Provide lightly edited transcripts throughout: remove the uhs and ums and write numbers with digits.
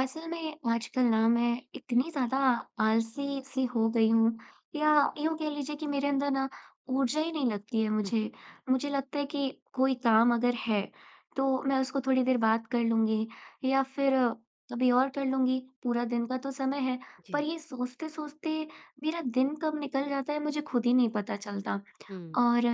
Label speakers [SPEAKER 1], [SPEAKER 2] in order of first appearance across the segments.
[SPEAKER 1] असल में आजकल ना मैं इतनी ज़्यादा आलसी सी हो गई हूँ या यूँ कह लीजिए कि मेरे अंदर ना ऊर्जा ही नहीं लगती है
[SPEAKER 2] हुँ, हुँ।
[SPEAKER 1] मुझे। मुझे लगता है कि कोई काम अगर है, तो मैं उसको थोड़ी देर बाद कर लूँगी या फिर कभी और कर लूँगी, पूरा दिन का तो समय है। पर
[SPEAKER 2] जी।
[SPEAKER 1] ये सोचते-सोचते मेरा दिन कब निकल जाता है मुझे खुद ही नहीं पता चलता।
[SPEAKER 2] हुँ,
[SPEAKER 1] और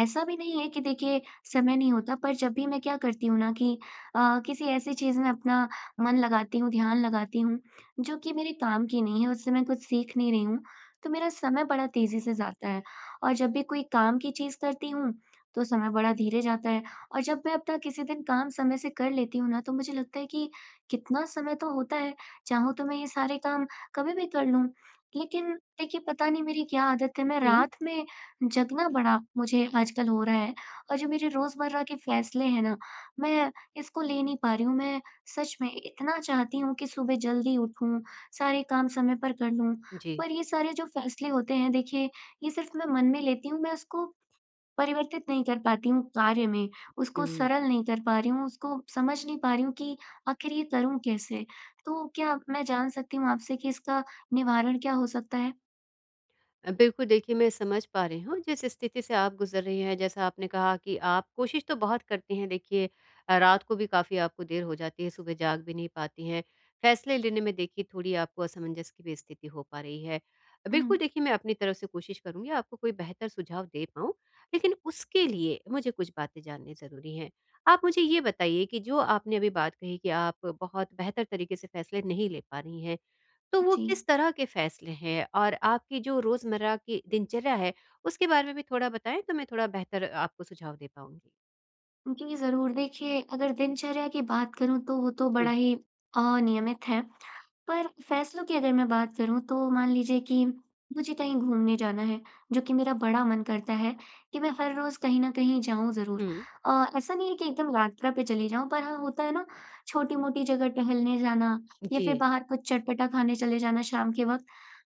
[SPEAKER 1] ऐसा भी नहीं है कि देखिए समय नहीं होता पर जब भी मैं क्या करती हूँ ना कि किसी ऐसी चीज़ में अपना मन लगाती हूँ, ध्यान लगाती हूँ, जो कि मेरे काम की नहीं है, उससे मैं कुछ सीख नहीं रही हूँ, तो मेरा समय बड़ा तेज़ी से जाता है। और जब भी कोई काम की चीज़ करती हूँ, तो समय बड़ा धीरे जाता है और जब मैं अपना किसी दिन काम समय से कर लेती हूँ ना, तो मुझे लगता है कि कितना समय तो होता है, चाहूँ तो मैं ये सारे काम कभी भी कर लूँ। लेकिन देखिए, पता नहीं मेरी क्या आदत है, मैं
[SPEAKER 2] हुँ,
[SPEAKER 1] रात में जगना बड़ा मुझे आजकल हो रहा है और जो मेरे रोज़मर्रा के फैसले हैं ना, मैं इसको ले नहीं पा रही हूँ। मैं सच में इतना चाहती हूँ कि सुबह जल्दी उठूँ, सारे काम समय पर कर लूँ,
[SPEAKER 2] जी,
[SPEAKER 1] पर ये सारे जो फैसले होते हैं देखिए, ये सिर्फ़ मैं मन में लेती हूँ, मैं उसको परिवर्तित नहीं कर पाती हूँ कार्य में, उसको
[SPEAKER 2] हुँ।
[SPEAKER 1] सरल नहीं कर पा रही हूँ, उसको समझ नहीं पा रही हूँ कि आखिर ये करूँ कैसे? तो क्या मैं जान सकती हूँ आपसे कि इसका निवारण क्या हो सकता है?
[SPEAKER 2] बिल्कुल देखिए, मैं समझ पा रही हूँ जिस स्थिति से आप गुज़र रही हैं। जैसा आपने कहा कि आप कोशिश तो बहुत करती हैं, देखिए रात को भी काफ़ी आपको देर हो जाती है, सुबह जाग भी नहीं पाती हैं, फ़ैसले लेने में देखिए थोड़ी आपको असमंजस की भी स्थिति हो पा रही है।
[SPEAKER 1] हुँ,
[SPEAKER 2] बिल्कुल देखिए, मैं अपनी तरफ से कोशिश करूँगी आपको कोई बेहतर सुझाव दे पाऊँ, लेकिन उसके लिए मुझे कुछ बातें जाननी ज़रूरी हैं। आप मुझे ये बताइए कि जो आपने अभी बात कही कि आप बहुत बेहतर तरीके से फ़ैसले नहीं ले पा रही हैं, तो वो
[SPEAKER 1] जी।
[SPEAKER 2] किस तरह के फैसले हैं, और आपकी जो रोज़मर्रा की दिनचर्या है, उसके बारे में भी थोड़ा बताएँ, तो मैं थोड़ा बेहतर आपको सुझाव दे पाऊँगी?
[SPEAKER 1] जी, ज़रूर देखिए अगर दिनचर्या की बात करूँ तो वो तो बड़ा
[SPEAKER 2] जी।
[SPEAKER 1] ही अनियमित है। पर फ़ैसलों की अगर मैं बात करूँ तो मान लीजिए कि मुझे कहीं घूमने जाना है, जो कि मेरा बड़ा मन करता है कि मैं हर रोज़ कहीं न कहीं जाऊँ ज़रूर।
[SPEAKER 2] हुँ।
[SPEAKER 1] ऐसा नहीं है कि एकदम यात्रा पे चली जाऊँ पर हाँ, होता है ना छोटी-मोटी जगह टहलने जाना या
[SPEAKER 2] जी।
[SPEAKER 1] फिर बाहर कुछ चटपटा खाने चले जाना शाम के वक़्त।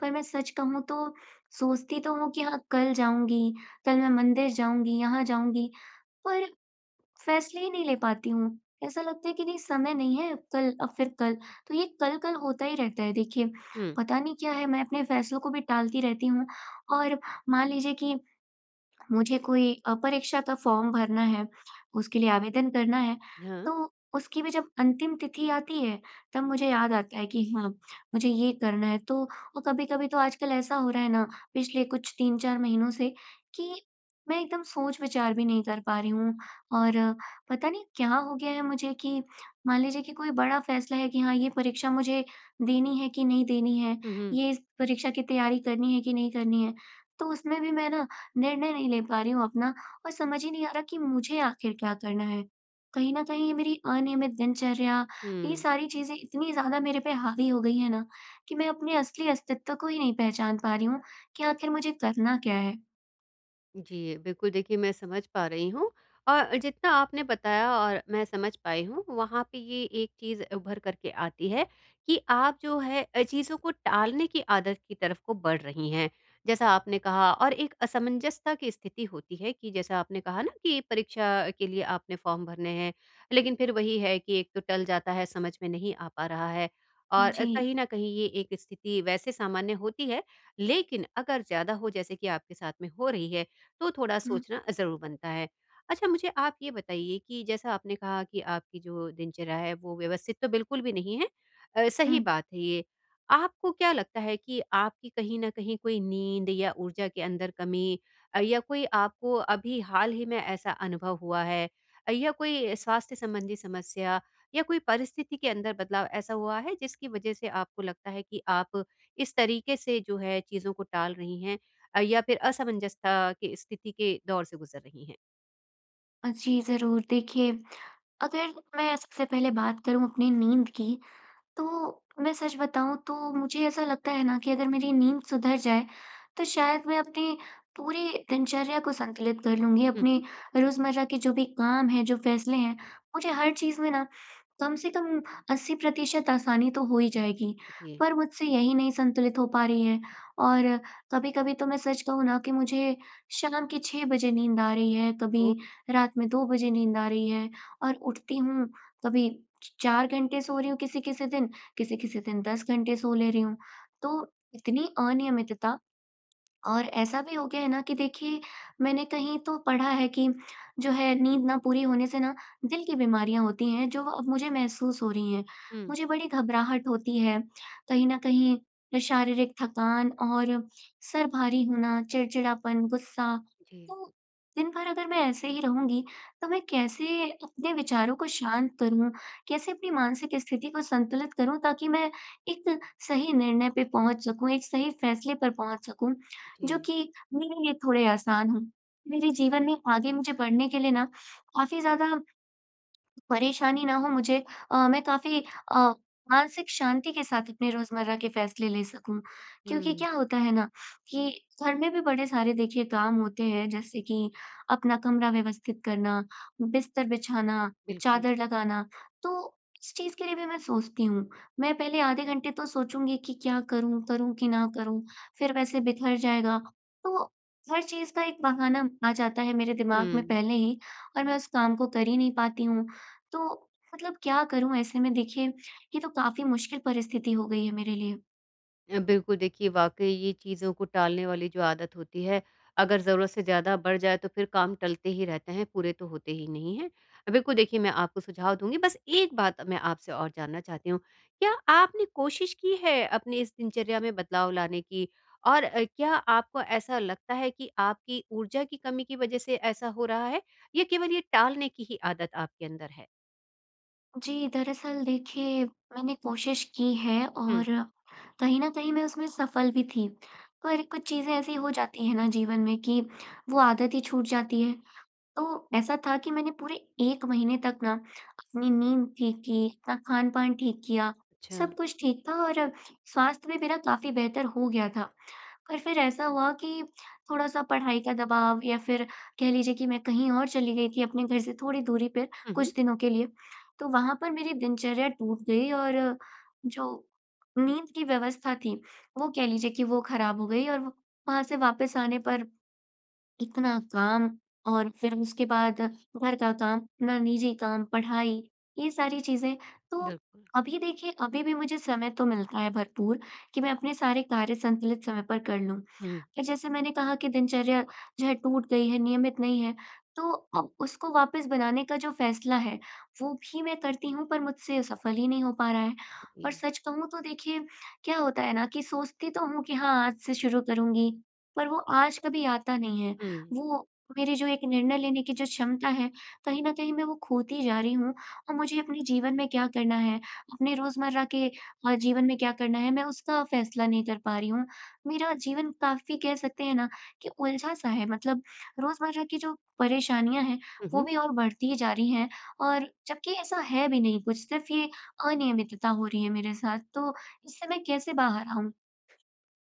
[SPEAKER 1] पर मैं सच कहूँ तो सोचती तो हूँ कि हाँ, कल जाऊँगी, कल मैं मंदिर जाऊँगी, यहाँ जाऊँगी पर फ़ैसले ही नहीं ले पाती हूँ। ऐसा लगता है कि नहीं समय नहीं है, अब कल अब फिर कल, तो ये कल-कल होता ही रहता है देखिए।
[SPEAKER 2] हुँ।
[SPEAKER 1] पता नहीं क्या है मैं अपने फ़ैसलों को भी टालती रहती हूँ और मान लीजिए कि मुझे कोई परीक्षा का फॉर्म भरना है, उसके लिए आवेदन करना है,
[SPEAKER 2] हाँ।
[SPEAKER 1] तो उसकी भी जब अंतिम तिथि आती है, तब मुझे याद आता है कि हाँ, मुझे ये करना है। तो और कभी-कभी तो आजकल ऐसा हो रहा है ना, पिछले कुछ 3-4 महीनों से कि मैं एकदम सोच-विचार भी नहीं कर पा रही हूँ और पता नहीं क्या हो गया है मुझे कि मान लीजिए कि कोई बड़ा फैसला है कि हाँ, ये परीक्षा मुझे देनी है कि नहीं देनी है,
[SPEAKER 2] हुँ, हुँ।
[SPEAKER 1] ये इस परीक्षा की तैयारी करनी है कि नहीं करनी है, तो उसमें भी मैं ना निर्णय नहीं ले पा रही हूँ अपना और समझ ही नहीं आ रहा कि मुझे आखिर क्या करना है। कहीं न कहीं ये मेरी अनियमित दिनचर्या, ये
[SPEAKER 2] हुँ।
[SPEAKER 1] सारी चीज़ें इतनी ज़्यादा मेरे पे हावी हो गई हैं ना कि मैं अपने असली अस्तित्व को ही नहीं पहचान पा रही हूँ कि आखिर मुझे करना क्या है।
[SPEAKER 2] जी, बिल्कुल देखिए, मैं समझ पा रही हूँ, और जितना आपने बताया और मैं समझ पाई हूँ, वहाँ पे ये एक चीज़ उभर कर के आती है कि आप जो है, चीज़ों को टालने की आदत की तरफ को बढ़ रही हैं। जैसा आपने कहा, और एक असमंजसता की स्थिति होती है कि जैसा आपने कहा ना कि परीक्षा के लिए आपने फॉर्म भरने हैं, लेकिन फिर वही है कि एक तो टल जाता है, समझ में नहीं आ पा रहा है, और
[SPEAKER 1] जी।
[SPEAKER 2] कहीं न कहीं ये एक स्थिति वैसे सामान्य होती है, लेकिन अगर ज़्यादा हो जैसे कि आपके साथ में हो रही है, तो थोड़ा
[SPEAKER 1] हुँ,
[SPEAKER 2] सोचना ज़रूर बनता है। अच्छा, मुझे आप ये बताइए कि जैसा आपने कहा कि आपकी जो दिनचर्या है वो व्यवस्थित तो बिल्कुल भी नहीं है, सही
[SPEAKER 1] हुँ।
[SPEAKER 2] बात है ये। आपको क्या लगता है कि आपकी कहीं न कहीं कोई नींद या ऊर्जा के अंदर कमी, या कोई आपको अभी हाल ही में ऐसा अनुभव हुआ है, या कोई स्वास्थ्य संबंधी समस्या, या कोई परिस्थिति के अंदर बदलाव ऐसा हुआ है जिसकी वज़ह से आपको लगता है कि आप इस तरीके से जो है चीज़ों को टाल रही हैं, या फिर असमंजसता की स्थिति के दौर से गुज़र रही हैं?
[SPEAKER 1] जी, ज़रूर। देखिए, अगर मैं सबसे पहले बात करूँ अपनी नींद की तो मैं सच बताऊँ तो मुझे ऐसा लगता है ना कि अगर मेरी नींद सुधर जाए, तो शायद मैं अपनी पूरी दिनचर्या को संतुलित कर लूँगी।
[SPEAKER 2] हुँ,
[SPEAKER 1] अपने
[SPEAKER 2] हुँ।
[SPEAKER 1] रोज़मर्रा के जो भी काम हैं, जो फ़ैसले हैं, मुझे हर चीज़ में ना कम से कम 80% आसानी तो हो ही जाएगी।
[SPEAKER 2] जी।
[SPEAKER 1] पर मुझसे यही नहीं संतुलित हो पा रही है और कभी-कभी तो मैं सच कहूँ ना कि मुझे शाम के 6 बजे नींद आ रही है,
[SPEAKER 2] हुँ,
[SPEAKER 1] कभी रात में 2 बजे नींद आ रही है और उठती हूँ कभी च 4 घंटे सो रही हूँ किसी-किसी दिन 10 घंटे सो ले रही हूँ। तो इतनी अनियमितता और ऐसा भी हो गया है ना कि देखिए मैंने कहीं तो पढ़ा है कि जो है नींद ना पूरी होने से ना दिल की बीमारियां होती हैं जो अब मुझे महसूस हो रही हैं। मुझे बड़ी घबराहट होती है, कहीं न कहीं शारीरिक थकान और सर भारी होना, चिड़चिड़ापन, गुस्सा।
[SPEAKER 2] जी,
[SPEAKER 1] तो दिन भर अगर मैं ऐसे ही रहूँगी तो मैं कैसे अपने विचारों को शांत करूँ? कैसे अपनी मानसिक स्थिति को संतुलित करूँ ताकि मैं एक सही निर्णय पे पहुँच सकूँ, एक सही फैसले पर पहुँच सकूँ? जो
[SPEAKER 2] जी।
[SPEAKER 1] कि मेरे लिए थोड़े आसान हों। मेरे जीवन में आगे मुझे बढ़ने के लिए ना काफ़ी ज़्यादा परेशानी ना हो मुझे मैं काफ़ी अ, मानसिक शांति के साथ अपने रोज़मर्रा के फ़ैसले ले सकूँ। क्योंकि
[SPEAKER 2] हुँ,
[SPEAKER 1] क्या होता है ना कि घर में भी बड़े सारे देखिए काम होते हैं जैसे कि अपना कमरा व्यवस्थित करना, बिस्तर बिछाना,
[SPEAKER 2] बिल्कुल।
[SPEAKER 1] चादर लगाना, तो इस चीज़ के लिए भी मैं सोचती हूँ। मैं पहले आधे घंटे तो सोचूँगी कि क्या करूँ, करूँ कि ना करूँ? फिर वैसे बिखर जाएगा। तो हर चीज़ का एक बहाना आ जाता है मेरे दिमाग में
[SPEAKER 2] हुँ।
[SPEAKER 1] पहले ही और मैं उस काम को कर ही नहीं पाती हूँ। तो मतलब क्या करूँ ऐसे में देखिए, ये तो काफ़ी मुश्किल परिस्थिति हो गई है मेरे लिए।
[SPEAKER 2] बिल्कुल देखिए, वाक़ई ये चीज़ों को टालने वाली जो आदत होती है, अगर ज़रूरत से ज़्यादा बढ़ जाए तो फिर काम टलते ही रहते हैं, पूरे तो होते ही नहीं हैं। बिल्कुल देखिए, मैं आपको सुझाव दूँगी, बस एक बात मैं आपसे और जानना चाहती हूँ, क्या आपने कोशिश की है अपनी इस दिनचर्या में बदलाव लाने की? और क्या आपको ऐसा लगता है कि आपकी ऊर्जा की कमी की वज़ह से ऐसा हो रहा है, या केवल ये टालने की ही आदत आपके अंदर है?
[SPEAKER 1] जी, दरअसल देखिए मैंने कोशिश की है
[SPEAKER 2] हुँ।
[SPEAKER 1] और कहीं न कहीं मैं उसमें सफल भी थी। पर कुछ चीज़ें ऐसी हो जाती हैं ना जीवन में कि वो आदत ही छूट जाती है। तो ऐसा था कि मैंने पूरे 1 महीने तक ना अपनी नींद ठीक की, अपना खान-पान ठीक किया,
[SPEAKER 2] अच्छा।
[SPEAKER 1] सब कुछ ठीक था और स्वास्थ्य भी मेरा काफ़ी बेहतर हो गया था। और फिर ऐसा हुआ कि थोड़ा-सा पढ़ाई का दबाव या फिर कह लीजिए कि मैं कहीं और चली गई थी अपने घर से थोड़ी दूरी पर
[SPEAKER 2] हुँ, हुँ।
[SPEAKER 1] कुछ दिनों के लिए। तो वहाँ पर मेरी दिनचर्या टूट गई और जो नींद की व्यवस्था थी, वो कह लीजिए कि वो खराब हो गई और वहाँ से वापस आने पर इतना काम और फिर उसके बाद घर का काम, अपना निजी काम, पढ़ाई, ये सारी चीज़ें। तो
[SPEAKER 2] बिल्कुल।
[SPEAKER 1] अभी देखिए, अभी भी मुझे समय तो मिलता है भरपूर कि मैं अपने सारे कार्य संतुलित समय पर कर लूँ।
[SPEAKER 2] हुँ,
[SPEAKER 1] पर जैसे मैंने कहा कि दिनचर्या जो है टूट गई है, नियमित नहीं है, तो अब उसको वापस बनाने का जो फ़ैसला है, वो भी मैं करती हूँ, पर मुझसे सफल ही नहीं हो पा रहा है।
[SPEAKER 2] जी।
[SPEAKER 1] और सच कहूँ तो देखिए, क्या होता है ना कि सोचती तो हूँ कि हाँ, आज से शुरू करूँगी, पर वो आज कभी आता नहीं है। वो मेरी जो एक निर्णय लेने की जो क्षमता है, कहीं न कहीं मैं वो खोती जा रही हूँ और मुझे अपने जीवन में क्या करना है, अपने रोज़मर्रा के जीवन में क्या करना है, मैं उसका फ़ैसला नहीं कर पा रही हूँ। मेरा जीवन काफ़ी कह सकते हैं ना कि उलझा-सा है मतलब रोज़मर्रा की जो परेशानियाँ हैं, वो
[SPEAKER 2] हुँ।
[SPEAKER 1] भी और बढ़ती जा रही हैं और जबकि ऐसा है भी नहीं कुछ, सिर्फ़ ये अनियमितता हो रही है मेरे साथ, तो इससे मैं कैसे बाहर आऊँ?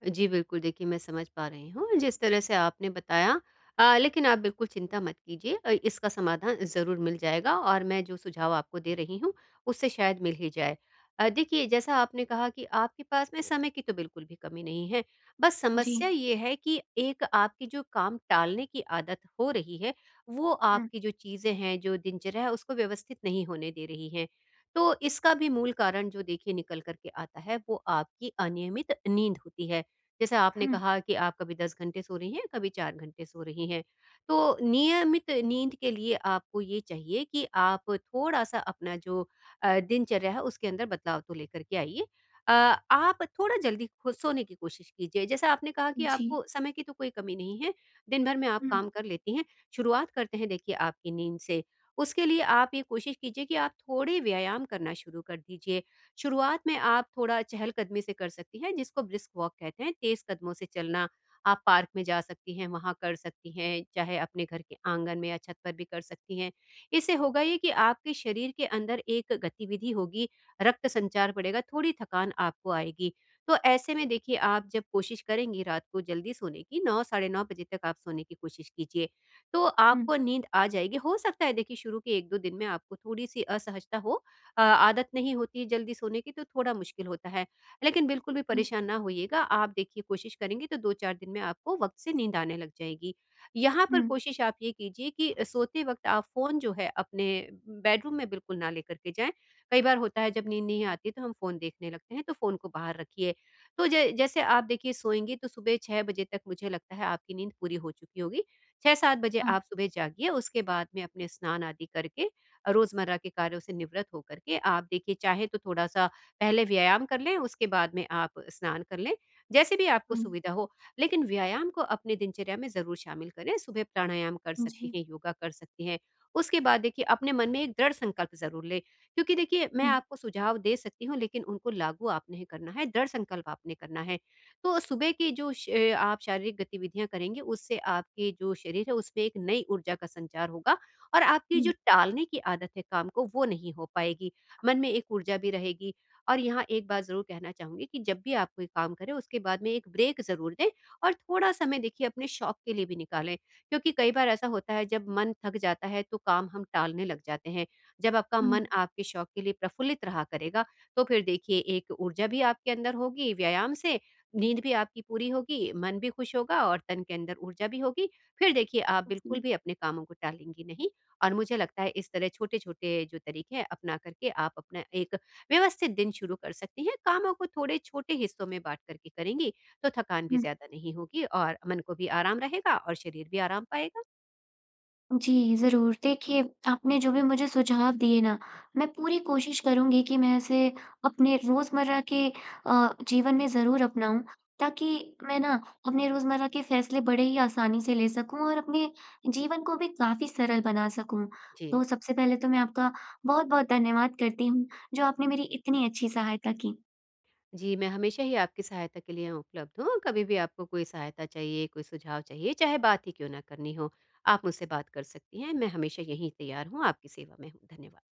[SPEAKER 2] जी, बिल्कुल, देखिए मैं समझ पा रही हूँ जिस तरह से आपने बताया। लेकिन आप बिल्कुल चिंता मत कीजिए, इसका समाधान ज़रूर मिल जाएगा, और मैं जो सुझाव आपको दे रही हूँ, उससे शायद मिल ही जाए। देखिए, जैसा आपने कहा कि आपके पास में समय की तो बिल्कुल भी कमी नहीं है, बस
[SPEAKER 1] जी।
[SPEAKER 2] समस्या ये है कि एक आपकी जो काम टालने की आदत हो रही है, वो
[SPEAKER 1] हुँ,
[SPEAKER 2] आपकी जो चीज़ें हैं, जो दिनचर्या है उसको व्यवस्थित नहीं होने दे रही हैं। तो इसका भी मूल कारण जो देखिए निकल कर के आता है, वो आपकी अनियमित नींद होती है। जैसे आपने
[SPEAKER 1] हुँ,
[SPEAKER 2] कहा कि आप कभी 10 घंटे सो रही हैं, कभी 4 घंटे सो रही हैं। तो नियमित नींद के लिए आपको ये चाहिए कि आप थोड़ा-सा अपना जो दिनचर्या है उसके अंदर बदलाव तो लेकर के आइए। अ, आप थोड़ा जल्दी खो सोने की कोशिश कीजिए। जैसा आपने कहा कि
[SPEAKER 1] जी।
[SPEAKER 2] आपको समय की तो कोई कमी नहीं है, दिन भर में आप
[SPEAKER 1] हुँ,
[SPEAKER 2] काम कर लेती हैं। शुरुआत करते हैं देखिए आपकी नींद से। उसके लिए आप ये कोशिश कीजिए कि आप थोड़े व्यायाम करना शुरू कर दीजिए। शुरुआत में आप थोड़ा चहलकदमी से कर सकती हैं, जिसको ब्रिस्क वॉक कहते हैं, तेज़ कदमों से चलना। आप पार्क में जा सकती हैं, वहाँ कर सकती हैं, चाहे अपने घर के आँगन में या छत पर भी कर सकती हैं। इससे होगा ये कि आपके शरीर के अंदर एक गतिविधि होगी, रक्त संचार बढ़ेगा, थोड़ी थकान आपको आएगी। तो ऐसे में देखिए, आप जब कोशिश करेंगी रात को जल्दी सोने की, 9 साढ़े 9 बजे तक आप सोने की कोशिश कीजिए, तो
[SPEAKER 1] हुँ,
[SPEAKER 2] आपको नींद आ जाएगी। हो सकता है देखिए, शुरू के 1-2 दिन में आपको थोड़ी-सी असहजता हो, आदत नहीं होती है जल्दी सोने की, तो थोड़ा मुश्किल होता है। लेकिन बिल्कुल भी
[SPEAKER 1] हुँ,
[SPEAKER 2] परेशान ना होइएगा, आप देखिए कोशिश करेंगे तो 2-4 दिन में आपको वक़्त से नींद आने लग जाएगी। यहाँ पर
[SPEAKER 1] हुँ,
[SPEAKER 2] कोशिश आप ये कीजिए कि सोते वक़्त आप फ़ोन जो है अपने बेडरूम में बिल्कुल ना लेकर के जाएँ। कई बार होता है जब नींद नहीं आती है तो हम फ़ोन देखने लगते हैं, तो फ़ोन को बाहर रखिए। तो ज जैसे आप देखिए सोएँगे तो सुबह 6 बजे तक, मुझे लगता है, आपकी नींद पूरी हो चुकी होगी। 6-7 बजे
[SPEAKER 1] हाँ।
[SPEAKER 2] आप सुबह जागिए, उसके बाद में अपने स्नान आदि करके रोज़मर्रा के कार्यों से निवृत्त होकर के आप देखिए चाहे तो थोड़ा-सा पहले व्यायाम कर लें, उसके बाद में आप स्नान कर लें, जैसे भी आपको
[SPEAKER 1] हुँ,
[SPEAKER 2] सुविधा हो। लेकिन व्यायाम को अपनी दिनचर्या में ज़रूर शामिल करें, सुबह प्राणायाम कर सकती
[SPEAKER 1] जी।
[SPEAKER 2] हैं, योगा कर सकती हैं। उसके बाद देखिए, अपने मन में एक दृढ़ संकल्प ज़रूर लें, क्योंकि देखिए मैं
[SPEAKER 1] हुँ,
[SPEAKER 2] आपको सुझाव दे सकती हूँ, लेकिन उनको लागू आपने ही करना है, दृढ़ संकल्प आपने करना है। तो सुबह की जो श आप शारीरिक गतिविधियाँ करेंगे, उससे आपके जो शरीर है उसमें एक नई ऊर्जा का संचार होगा, और आपकी जो
[SPEAKER 1] हुँ,
[SPEAKER 2] टालने की आदत है काम को, वो नहीं हो पाएगी। मन में एक ऊर्जा भी रहेगी, और यहाँ एक बात ज़रूर कहना चाहूँगी कि जब भी आप कोई काम करें उसके बाद में एक ब्रेक ज़रूर दें, और थोड़ा समय देखिए अपने शौक के लिए भी निकालें। क्योंकि कई बार ऐसा होता है जब मन थक जाता है, तो काम हम टालने लग जाते हैं। जब आपका
[SPEAKER 1] हुँ,
[SPEAKER 2] मन आपके शौक के लिए प्रफुल्लित रहा करेगा, तो फिर देखिए एक ऊर्जा भी आपके अंदर होगी व्यायाम से, नींद भी आपकी पूरी होगी, मन भी खुश होगा, और तन के अंदर ऊर्जा भी होगी। फिर देखिए आप बिल्कुल
[SPEAKER 1] जी,
[SPEAKER 2] भी अपने कामों को टालेंगी नहीं, और मुझे लगता है इस तरह छोटे-छोटे जो तरीके हैं अपना करके आप अपना एक व्यवस्थित दिन शुरू कर सकती हैं। कामों को थोड़े छोटे हिस्सों में बाँट कर के करेंगी, तो थकान भी
[SPEAKER 1] हुँ।
[SPEAKER 2] ज़्यादा नहीं होगी, और मन को भी आराम रहेगा, और शरीर भी आराम पाएगा।
[SPEAKER 1] जी, ज़रूर। देखिए, आपने जो भी मुझे सुझाव दिए ना, मैं पूरी कोशिश करूँगी कि मैं इसे अपने रोज़मर्रा के जीवन में ज़रूर अपनाऊँ, ताकि मैं ना अपने रोज़मर्रा के फ़ैसले बड़े ही आसानी से ले सकूँ और अपने जीवन को भी काफ़ी सरल बना सकूँ।
[SPEAKER 2] जी।
[SPEAKER 1] तो सबसे पहले तो मैं आपका बहुत-बहुत धन्यवाद करती हूँ, जो आपने मेरी इतनी अच्छी सहायता की।
[SPEAKER 2] जी, मैं हमेशा ही आपकी सहायता के लिए उपलब्ध हूँ। कभी भी आपको कोई सहायता चाहिए, कोई सुझाव चाहिए, चाहे बात ही क्यों ना करनी हो, आप मुझसे बात कर सकती हैं। मैं हमेशा यहीं तैयार हूँ, आपकी सेवा में हूँ। धन्यवाद।